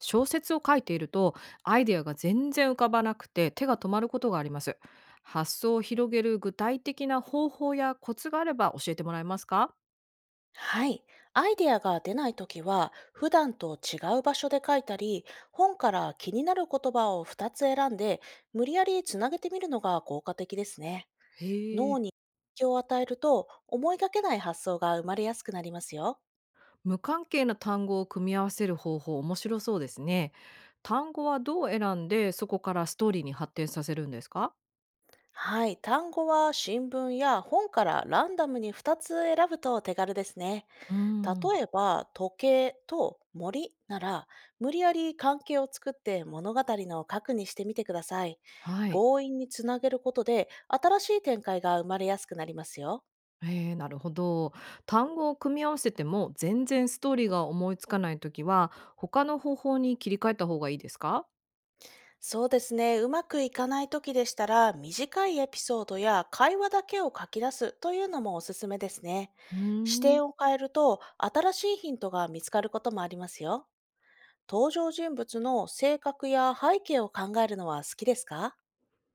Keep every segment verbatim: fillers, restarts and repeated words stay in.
小説を書いていると、アイデアが全然浮かばなくて手が止まることがあります。発想を広げる具体的な方法やコツがあれば教えてもらえますか？はい。アイデアが出ないときは、普段と違う場所で書いたり、本から気になる言葉をふたつ選んで、無理やりつなげてみるのが効果的ですね。へ脳え。に影響を与えると、思いがけない発想が生まれやすくなりますよ。無関係な単語を組み合わせる方法、面白そうですね。単語はどう選んで、そこからストーリーに発展させるんですか？はい。単語は新聞や本からランダムにふたつ選ぶと手軽ですね。うーん。例えば時計と森なら、無理やり関係を作って物語の核にしてみてください。はい。強引につなげることで新しい展開が生まれやすくなりますよ。えー、なるほど。単語を組み合わせても全然ストーリーが思いつかないときは、他の方法に切り替えた方がいいですか？そうですね。うまくいかない時でしたら短いエピソードや会話だけを書き出すというのもおすすめですね。うー視ん。点を変えると新しいヒントが見つかることもありますよ。登場人物の性格や背景を考えるのは好きですか？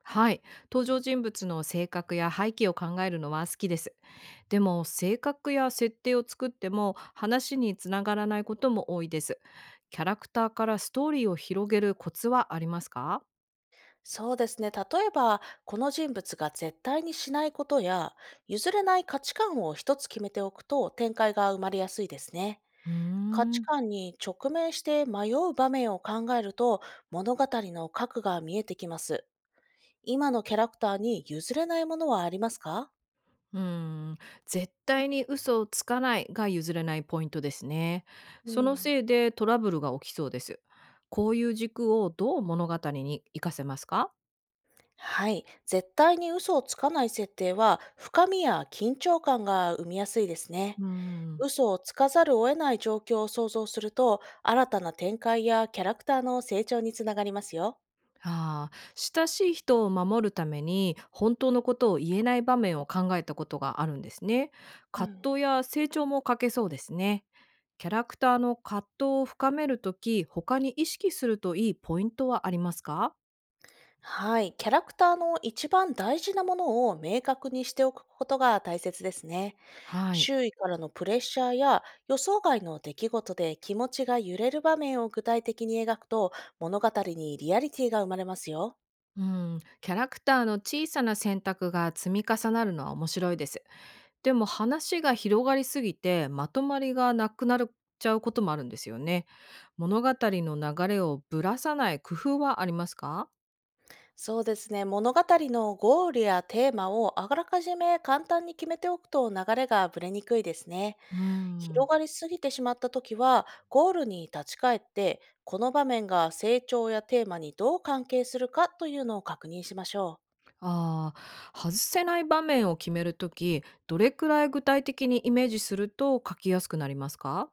はい。登場人物の性格や背景を考えるのは好きです。でも、性格や設定を作っても話につながらないことも多いです。キャラクターからストーリーを広げるコツはありますか？そうですね。例えば、この人物が絶対にしないことや、譲れない価値観を一つ決めておくと展開が生まれやすいですね。うー価値ん。観に直面して迷う場面を考えると、物語の核が見えてきます。今のキャラクターに譲れないものはありますか？うーん、絶対に嘘をつかないが譲れないポイントですね。うそのん。せいでトラブルが起きそうです。こういう軸をどう物語に活かせますか？はい。絶対に嘘をつかない設定は、深みや緊張感が生みやすいですうね。ーん。嘘をつかざるを得ない状況を想像すると、新たな展開やキャラクターの成長につながりますよ。ああ、親しい人を守るために本当のことを言えない場面を考えたことがあるんですね。う葛ん。藤や成長も欠けそうですね。キャラクターの葛藤を深めるとき、他に意識するといいポイントはありますか？はい。キャラクターの一番大事なものを明確にしておくことが大切ですね。はい。周囲からのプレッシャーや予想外の出来事で気持ちが揺れる場面を具体的に描くと、物語にリアリティが生まれますよ。うん、キャラクターの小さな選択が積み重なるのは面白いです。でも、話が広がりすぎてまとまりがなくなっちゃうこともあるんですよね。物語の流れをぶらさない工夫はありますか？そうですね。物語のゴールやテーマをあらかじめ簡単に決めておくと流れがぶれにくいですね。うー広ん。がりすぎてしまった時は、ゴールに立ち返って、この場面が成長やテーマにどう関係するかというのを確認しましょう。ああ、外せない場面を決めるとき、どれくらい具体的にイメージすると書きやすくなりますか？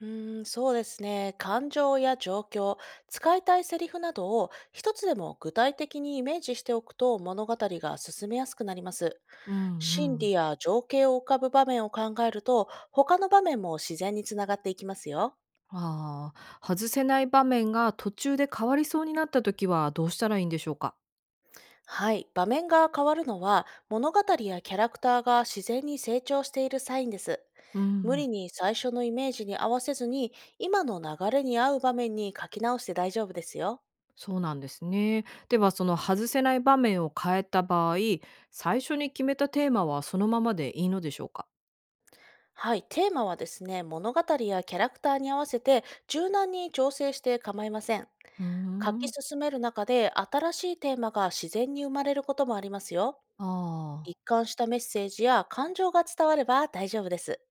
うーん、そうですね。感情や状況、使いたいセリフなどを一つでも具体的にイメージしておくと物語が進めやすくなります。うんう心ん。理や情景を浮かぶ場面を考えると、他の場面も自然につながっていきますよ。ああ、外せない場面が途中で変わりそうになったときはどうしたらいいんでしょうか？はい、場面が変わるのは物語やキャラクターが自然に成長しているサインです。う無ん、理に最初のイメージに合わせずに今の流れに合う場面に書き直して大丈夫ですよ。そうなんですね。ではその外せない場面を変えた場合、最初に決めたテーマはそのままでいいのでしょうか？はい、テーマはですね、物語やキャラクターに合わせて柔軟に調整して構いません。うー書きん、進める中で新しいテーマが自然に生まれることもありますよ。ああ。一貫したメッセージや感情が伝われば大丈夫です。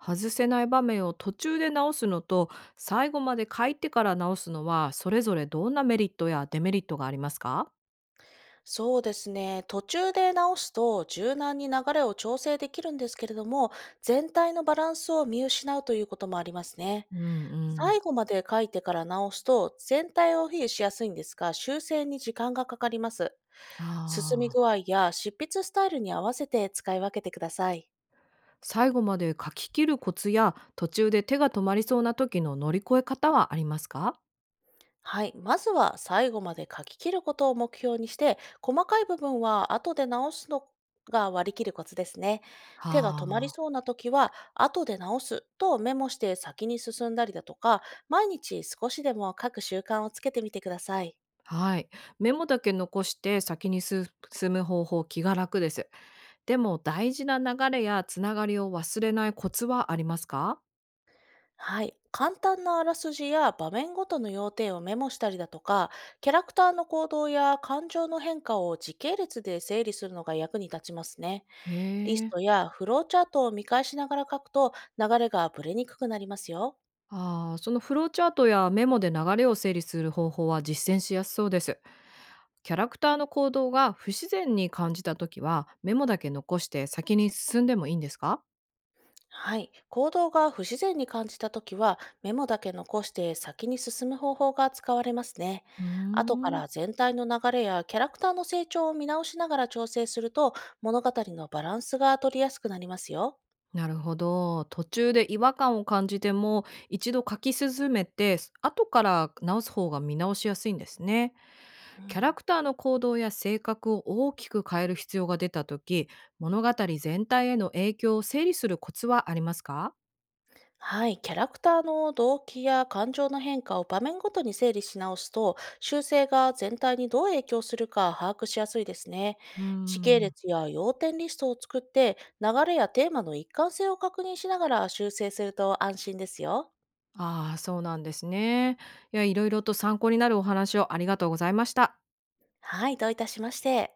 外せない場面を途中で直すのと、最後まで書いてから直すのは、それぞれどんなメリットやデメリットがありますか？そうですね。途中で直すと柔軟に流れを調整できるんですけれども、全体のバランスを見失うということもありますね。うんうん、最後まで書いてから直すと全体を比喩しやすいんですが、修正に時間がかかります。進みああ具ー。合や執筆スタイルに合わせて使い分けてください。最後まで書き切るコツや、途中で手が止まりそうな時の乗り越え方はありますか？はい。まずは最後まで書き切ることを目標にして、細かい部分は後で直すのが割り切るコツですね。は手が止まりあ。そうな時は、後で直すとメモして先に進んだりだとか、毎日少しでも書く習慣をつけてみてください。はい。メモだけ残して先にす進む方法、気が楽です。でも大事な流れやつながりを忘れないコツはありますか？はい。簡単なあらすじや場面ごとの要点をメモしたりだとか、キャラクターの行動や感情の変化を時系列で整理するのが役に立ちますね。へリスえ。トやフローチャートを見返しながら書くと流れがぶれにくくなりますよ。ああ、そのフローチャートやメモで流れを整理する方法は実践しやすそうです。キャラクターの行動が不自然に感じたときは、メモだけ残して先に進んでもいいんですか？はい。行動が不自然に感じたときは、メモだけ残して先に進む方法が使われますね。うー後かん、ら全体の流れやキャラクターの成長を見直しながら調整すると、物語のバランスが取りやすくなりますよ。なるほど。途中で違和感を感じても、一度書き進めて、後から直す方が見直しやすいんですね。うキャラん。クターの行動や性格を大きく変える必要が出たとき、物語全体への影響を整理するコツはありますか？はい、キャラクターの動機や感情の変化を場面ごとに整理し直すと、修正が全体にどう影響するか把握しやすいですね。うー時系ん、列や要点リストを作って、流れやテーマの一貫性を確認しながら修正すると安心ですよ。ああ、そうなんですね。いや、いろいろと参考になるお話をありがとうございました。はい、どういたしまして。